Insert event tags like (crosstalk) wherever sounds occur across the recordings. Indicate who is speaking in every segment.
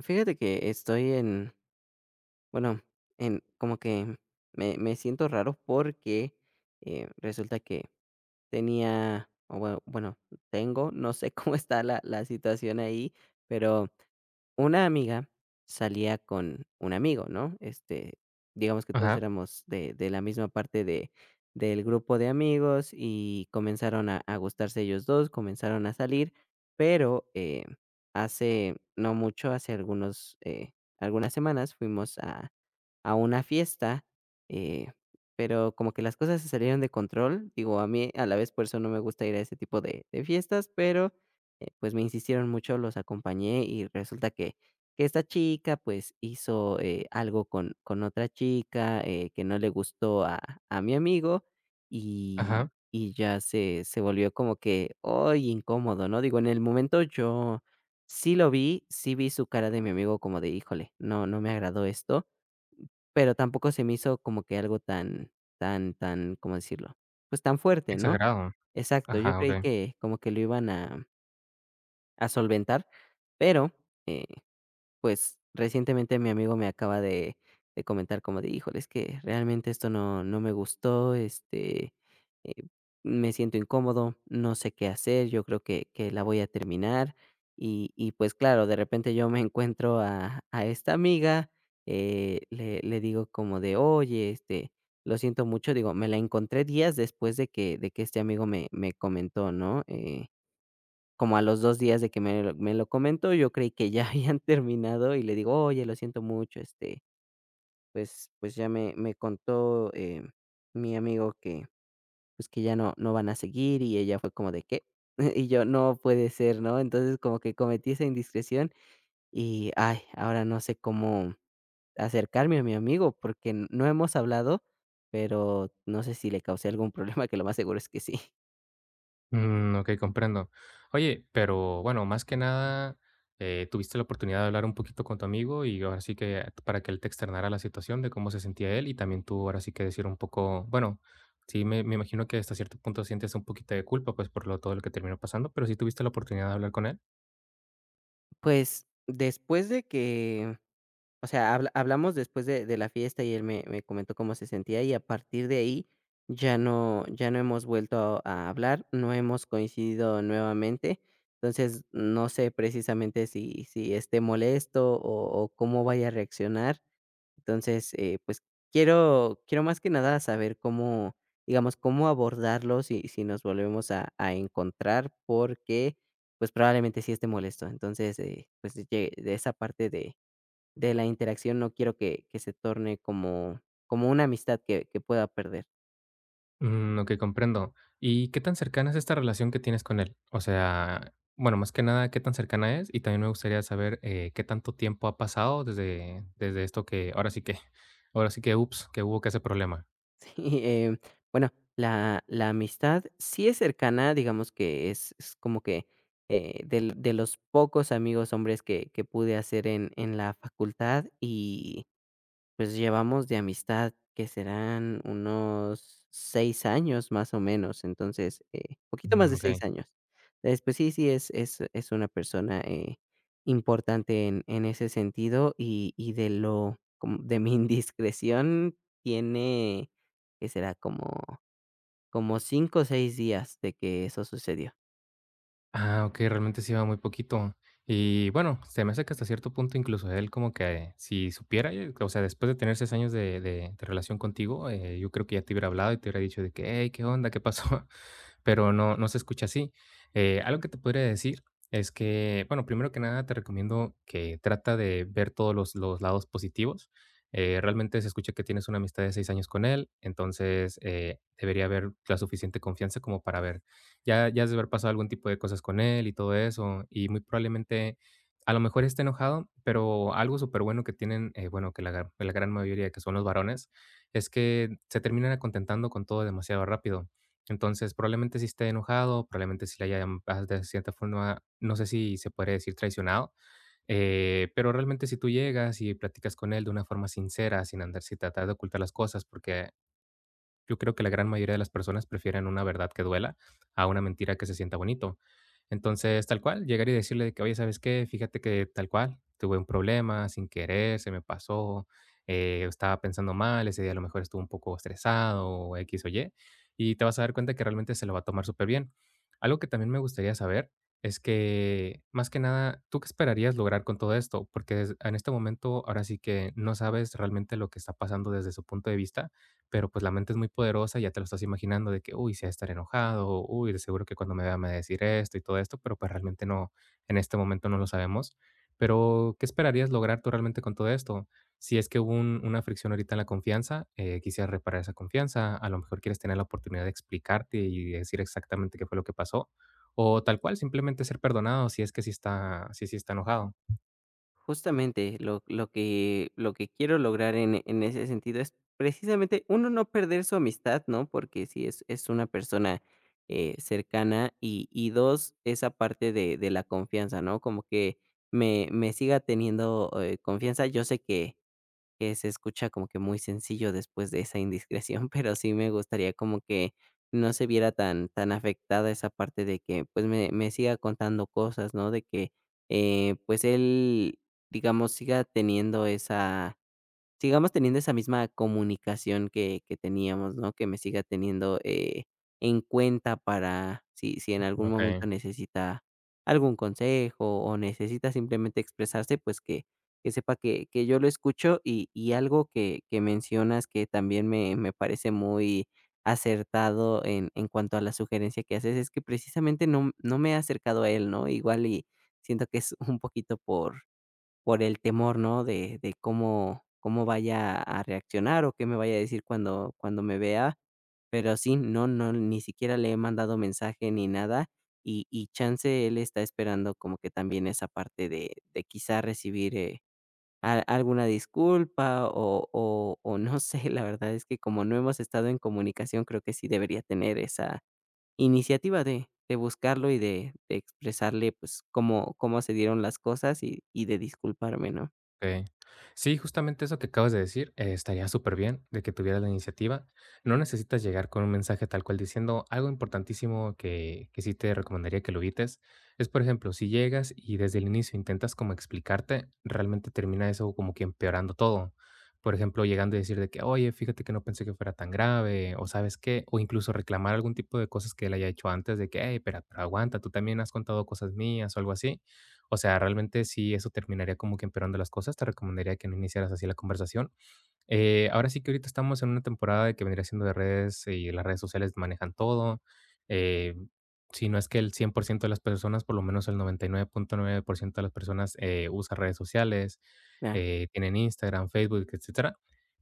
Speaker 1: Fíjate que estoy en, bueno, en como que me siento raro porque resulta que tenía, o bueno, tengo, no sé (laughs) cómo está la situación ahí, pero una amiga salía con un amigo, ¿no? Este, digamos que todos
Speaker 2: Ajá,
Speaker 1: éramos de la misma parte de del grupo de amigos y comenzaron a gustarse ellos 2, comenzaron a salir, pero, hace no mucho, hace algunos, algunas semanas fuimos a una fiesta, eh, pero como que las cosas se salieron de control. Digo, a mí, a la vez, por eso no me gusta ir a ese tipo de fiestas, pero, pues, me insistieron mucho, los acompañé y resulta que esta chica, pues, hizo, algo con otra chica, que no le gustó a mi amigo, y
Speaker 2: ajá,
Speaker 1: y ya se volvió como que, ¡ay!, incómodo, ¿no? Digo, en el momento yo sí lo vi, sí vi su cara de mi amigo como de: "Híjole, no, no me agradó esto", pero tampoco se me hizo como que algo tan tan, ¿cómo decirlo? Pues, tan fuerte, ¿no?
Speaker 2: exagerado.
Speaker 1: Exacto, yo
Speaker 2: Ajá,
Speaker 1: creí
Speaker 2: okey.
Speaker 1: que como que lo iban a solventar, pero, eh, pues, recientemente mi amigo me acaba de comentar como de: "Híjole, es que realmente esto no me gustó, este, eh, me siento incómodo, no sé qué hacer, yo creo que la voy a terminar". Y, pues, claro, de repente yo me encuentro a esta amiga, le digo como de: "Oye, este, lo siento mucho". Digo, me la encontré días después de que este amigo me comentó, ¿no? Como a los 2 días de que me lo comentó, yo creí que ya (laughs) habían terminado y le digo: "Oye, lo siento mucho, este, pues ya me contó, mi amigo que, pues, que ya no van a seguir", y ella fue como de: "¿Qué?" (laughs) Y yo: "No puede ser", ¿no? Entonces, como que cometí esa indiscreción y, ay, ahora no sé cómo acercarme a mi amigo, porque no hemos hablado, pero no sé si le causé algún problema, que lo más seguro es que sí.
Speaker 2: Mm, okey, comprendo. Oye, pero bueno, más que nada, tuviste la oportunidad de hablar un poquito con tu amigo y ahora sí que para que él te externara la situación de cómo se sentía él y también tú ahora sí que decir un poco, bueno, sí me imagino que hasta cierto punto sientes un poquito de culpa, pues, por lo todo lo que terminó pasando, pero, ¿sí tuviste la oportunidad de hablar con él?
Speaker 1: Pues, después de que, o sea, hablamos después de la fiesta y él me comentó cómo se sentía y a partir de ahí ya no ya no hemos vuelto a hablar, no hemos coincidido nuevamente. Entonces, no sé precisamente si esté molesto o cómo vaya a reaccionar. Entonces, pues, quiero más que nada saber cómo, digamos, cómo abordarlo si nos volvemos a encontrar, porque, pues, probablemente sí esté molesto. Entonces, pues, llegue de esa parte de la interacción no quiero que se torne como como una amistad que pueda perder.
Speaker 2: Mm, okey, comprendo. ¿Y qué tan cercana es esta relación que tienes con él? O sea, bueno, más que nada, ¿qué tan cercana es? Y también me gustaría saber, ¿qué tanto tiempo ha pasado desde esto que ahora sí que ups, que hubo que ese problema?
Speaker 1: (laughs) Sí, bueno, la amistad sí es cercana, digamos que es como que, del de los pocos amigos hombres que pude hacer en la facultad y pues llevamos de amistad que serán unos 6 años más o menos. Entonces, poquito más
Speaker 2: Mm,
Speaker 1: de 6
Speaker 2: okey.
Speaker 1: años. Entonces, pues sí, sí, es es una persona, importante en ese sentido y de lo como de mi (laughs) indiscreción tiene, ¿que será? Como como 5 o 6 días de que eso sucedió.
Speaker 2: Ah, okey, realmente sí va muy poquito. Y bueno, se me hace que hasta cierto punto, incluso él como que si supiera, o sea, después de tener 6 años de relación contigo, yo creo que ya te hubiera hablado y te hubiera dicho de que: "Hey, ¿qué onda? ¿Qué pasó?". (laughs) Pero no se escucha así. Algo que te podría decir es que, bueno, primero que nada, te recomiendo que trata de ver todos los lados positivos. Realmente se escucha que tienes una amistad de 6 años con él. Entonces, debería haber la suficiente confianza como para ver. Ya has de haber pasado algún tipo de cosas con él y todo eso, y muy probablemente, a lo mejor esté enojado, pero algo súper bueno que tienen, bueno, que la gran mayoría que son los varones, es que se terminan acontentando con todo demasiado rápido. Entonces, probablemente si esté enojado, probablemente si le hayan, de cierta forma, no sé si se podría decir traicionado, pero realmente si tú llegas y platicas con él de una forma sincera, sin tratar de ocultar las cosas, porque yo creo que la gran mayoría de las personas prefieren una verdad que duela a una mentira que se sienta bonito. Entonces, tal cual, llegar y decirle de que: "Oye, ¿sabes qué? Fíjate que tal cual, tuve un problema sin querer, se me pasó, estaba pensando mal, ese día a lo mejor estuve un poco estresado o X o Y", y te vas a dar cuenta que realmente se lo va a tomar súper bien. Algo que también me gustaría saber es que, más que nada, ¿tú qué esperarías lograr con todo esto? Porque en este momento ahora sí que no sabes realmente lo que está pasando desde su punto de vista, pero pues la mente es muy poderosa, y ya te lo estás imaginando de que, uy, se va a estar enojado, uy, de seguro que cuando me vea me va a decir esto y todo esto, pero pues realmente no, en este momento no lo sabemos. Pero, ¿qué esperarías lograr tú realmente con todo esto? Si es que hubo una fricción ahorita en la confianza, quisieras reparar esa confianza, a lo mejor quieres tener la oportunidad de explicarte y decir exactamente qué fue lo que pasó, o tal cual, simplemente ser perdonado si es que sí está enojado.
Speaker 1: Justamente, lo que quiero lograr en ese sentido es precisamente, uno, no perder su amistad, ¿no? Porque si es una persona, cercana, y 2 esa parte de la confianza, ¿no? Como que me siga teniendo, confianza. Yo sé que se escucha como que muy sencillo después de esa indiscreción, (laughs) pero sí me gustaría como que no se viera tan, tan afectada esa parte de que pues me siga contando cosas, ¿no? De que pues él, digamos, siga teniendo esa sigamos teniendo esa misma comunicación que teníamos, ¿no? Que me siga teniendo, en cuenta para si en algún
Speaker 2: Ok.
Speaker 1: momento necesita algún consejo o necesita simplemente expresarse, pues, que sepa que yo lo escucho. Y algo que mencionas que también me parece muy acertado en cuanto a la sugerencia que haces, es que precisamente no me he acercado a él, ¿no? Igual y siento que es un poquito por el temor, ¿no? De cómo cómo vaya a reaccionar o qué me vaya a decir cuando me vea. Pero sí, no, no, ni siquiera le he mandado mensaje ni nada, y chance él está esperando como que también esa parte de quizá recibir, a alguna disculpa o o no sé, (laughs) la verdad es que como no hemos estado en comunicación, creo que sí debería tener esa iniciativa de buscarlo y de expresarle, pues, cómo cómo se dieron las cosas y de disculparme, ¿no?
Speaker 2: Okey. Sí, justamente eso que acabas de decir, estaría súper bien de que tuvieras la iniciativa. No necesitas llegar con un mensaje tal cual diciendo algo importantísimo que sí te recomendaría que lo evites, es, por ejemplo, si llegas y desde el inicio intentas como explicarte, realmente termina eso como que empeorando todo. Por ejemplo, llegando a decir de que: "Oye, fíjate que no pensé que fuera tan grave", o ¿sabes qué? O incluso reclamar algún tipo de cosas que él haya hecho antes de que: "Hey, pero aguanta, tú también has contado cosas mías", o algo así. O sea, realmente sí, eso terminaría como que empeorando las cosas. Te recomendaría que no iniciaras así la conversación. Ahora sí que ahorita estamos en una temporada de que vendría siendo de redes, y las redes sociales manejan todo. Eh, si no es que el 100% de las personas, por lo menos el 99.9% de las personas, usa redes sociales,
Speaker 1: Claro,
Speaker 2: tienen Instagram, Facebook, etcétera.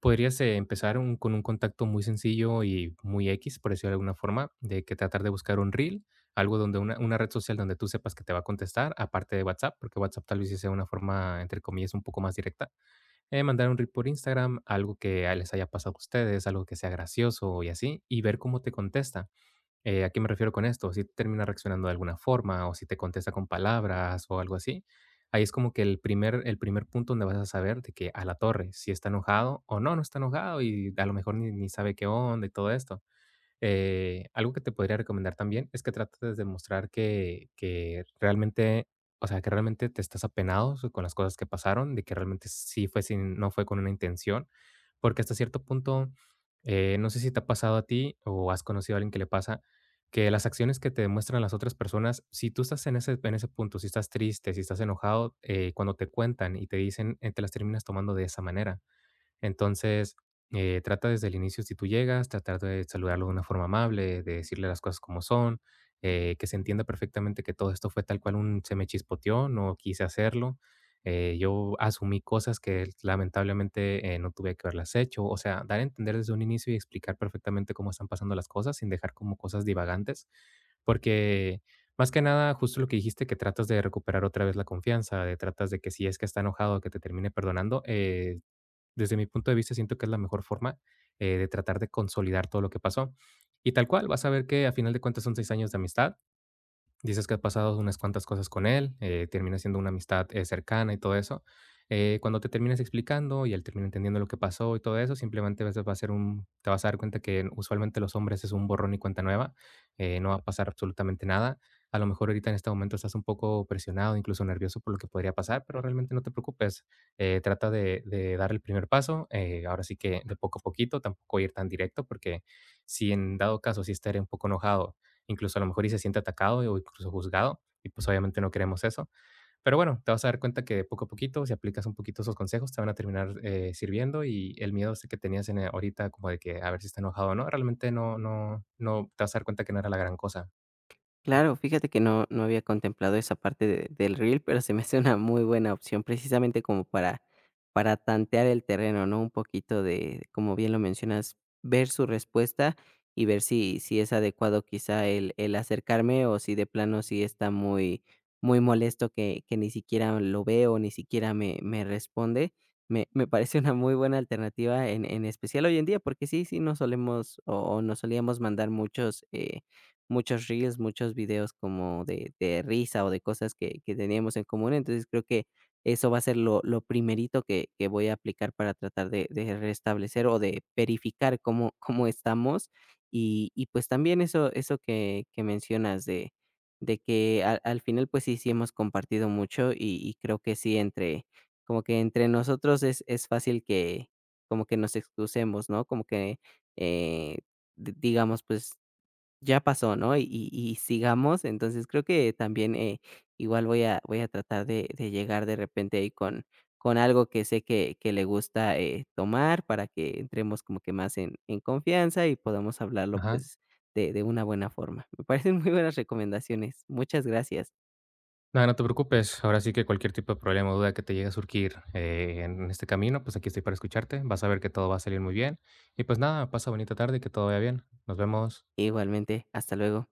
Speaker 2: Podrías, empezar con un contacto muy sencillo y muy X, por decirlo de alguna forma, de que tratar de buscar un reel, algo donde una red social donde tú sepas que te va a contestar, aparte de WhatsApp, porque WhatsApp tal vez sí sea una forma, entre comillas, un poco más directa, mandar un reel por Instagram, algo que a les haya pasado a ustedes, algo que sea gracioso y así, y ver cómo te contesta. ¿A qué me refiero con esto? Si termina reaccionando de alguna forma o si te contesta con palabras o algo así. Ahí es como que el primer punto donde vas a saber de que a la torre, si está enojado o no, no está enojado y a lo mejor ni sabe qué onda y todo esto. Algo que te podría recomendar también es que trates de mostrar que realmente, o sea, que realmente te estás apenado, con las cosas que pasaron, de que realmente sí fue, sin, no fue con una intención, porque hasta cierto punto, no sé si te ha pasado a ti o has conocido a alguien que le pasa, que las acciones que te demuestran las otras personas, si tú estás en en ese punto, si estás triste, si estás enojado, cuando te cuentan y te dicen, te las terminas tomando de esa manera. Entonces, trata desde el inicio, si tú llegas, tratar de saludarlo de una forma amable, de decirle las cosas como son, que se entienda perfectamente que todo esto fue tal cual un se me chispoteó, no quise hacerlo. Yo asumí cosas que lamentablemente, no tuve que haberlas hecho. O sea, dar a entender desde un inicio y explicar perfectamente cómo están pasando las cosas sin dejar como cosas divagantes. Porque más que nada, justo lo que dijiste, que tratas de recuperar otra vez la confianza, de tratas de que si es que está enojado, que te termine perdonando, desde mi punto de vista, siento que es la mejor forma, de tratar de consolidar todo lo que pasó. Y tal cual, vas a ver que a final de cuentas son 6 años de amistad. Dices que ha pasado unas cuantas cosas con él, termina siendo una amistad, cercana y todo eso. Cuando te termines explicando y él termina entendiendo lo que pasó y todo eso, simplemente vas a va a ser un te vas a dar cuenta que usualmente los hombres es un borrón y cuenta nueva, no va a pasar absolutamente nada. A lo mejor ahorita en este momento estás un poco presionado, incluso nervioso por lo que podría pasar, pero realmente no te preocupes. Trata de dar el primer paso, ahora sí que de poco a poquito, tampoco ir tan directo, porque si en dado caso, si estaré un poco enojado, incluso a lo mejor y se siente atacado o incluso juzgado, y pues obviamente no queremos eso. Pero bueno, te vas a dar cuenta que poco a poquito, si aplicas un poquito esos consejos, te van a terminar, sirviendo, y el miedo ese que tenías en, ahorita, como de que a ver si está enojado o no, realmente no, no, no, te vas a dar cuenta que no era la gran cosa.
Speaker 1: claro, fíjate que no, no había contemplado esa parte del reel, pero se me hace una muy buena opción, precisamente como para tantear el terreno, ¿no? Un poquito de, como bien lo mencionas, ver su respuesta y ver si, si es adecuado quizá el acercarme o si de plano sí está muy, muy molesto que ni siquiera lo veo, ni siquiera me responde. Me parece una muy buena alternativa, en especial hoy en día, porque sí, sí, no solemos o nos solíamos mandar muchos... muchos reels, muchos videos como de risa o de cosas que teníamos en común. Entonces, creo que eso va a ser lo primerito que voy a aplicar para tratar de restablecer o de verificar cómo (laughs) cómo estamos. Y, pues, también eso que mencionas de que al final, pues, sí sí hemos compartido mucho y creo que sí entre como que entre nosotros es fácil que como que nos excusemos, ¿no? Como que, eh, di digamos, pues, ya pasó, ¿no? Y sigamos. Entonces, creo que también, igual voy a tratar de llegar de repente ahí con algo que sé que le gusta, tomar para que entremos como que más en confianza y podamos hablarlo,
Speaker 2: Ajá.
Speaker 1: pues, de una buena forma. Me parecen muy buenas recomendaciones. Muchas gracias.
Speaker 2: Nada, no te preocupes. Ahora sí que cualquier tipo de problema o duda que te llegue a surgir, en este camino, pues aquí estoy para escucharte. Vas a ver que todo va a salir muy bien. Y pues nada, pasa bonita tarde y que todo vaya bien. Nos vemos.
Speaker 1: Igualmente, hasta luego.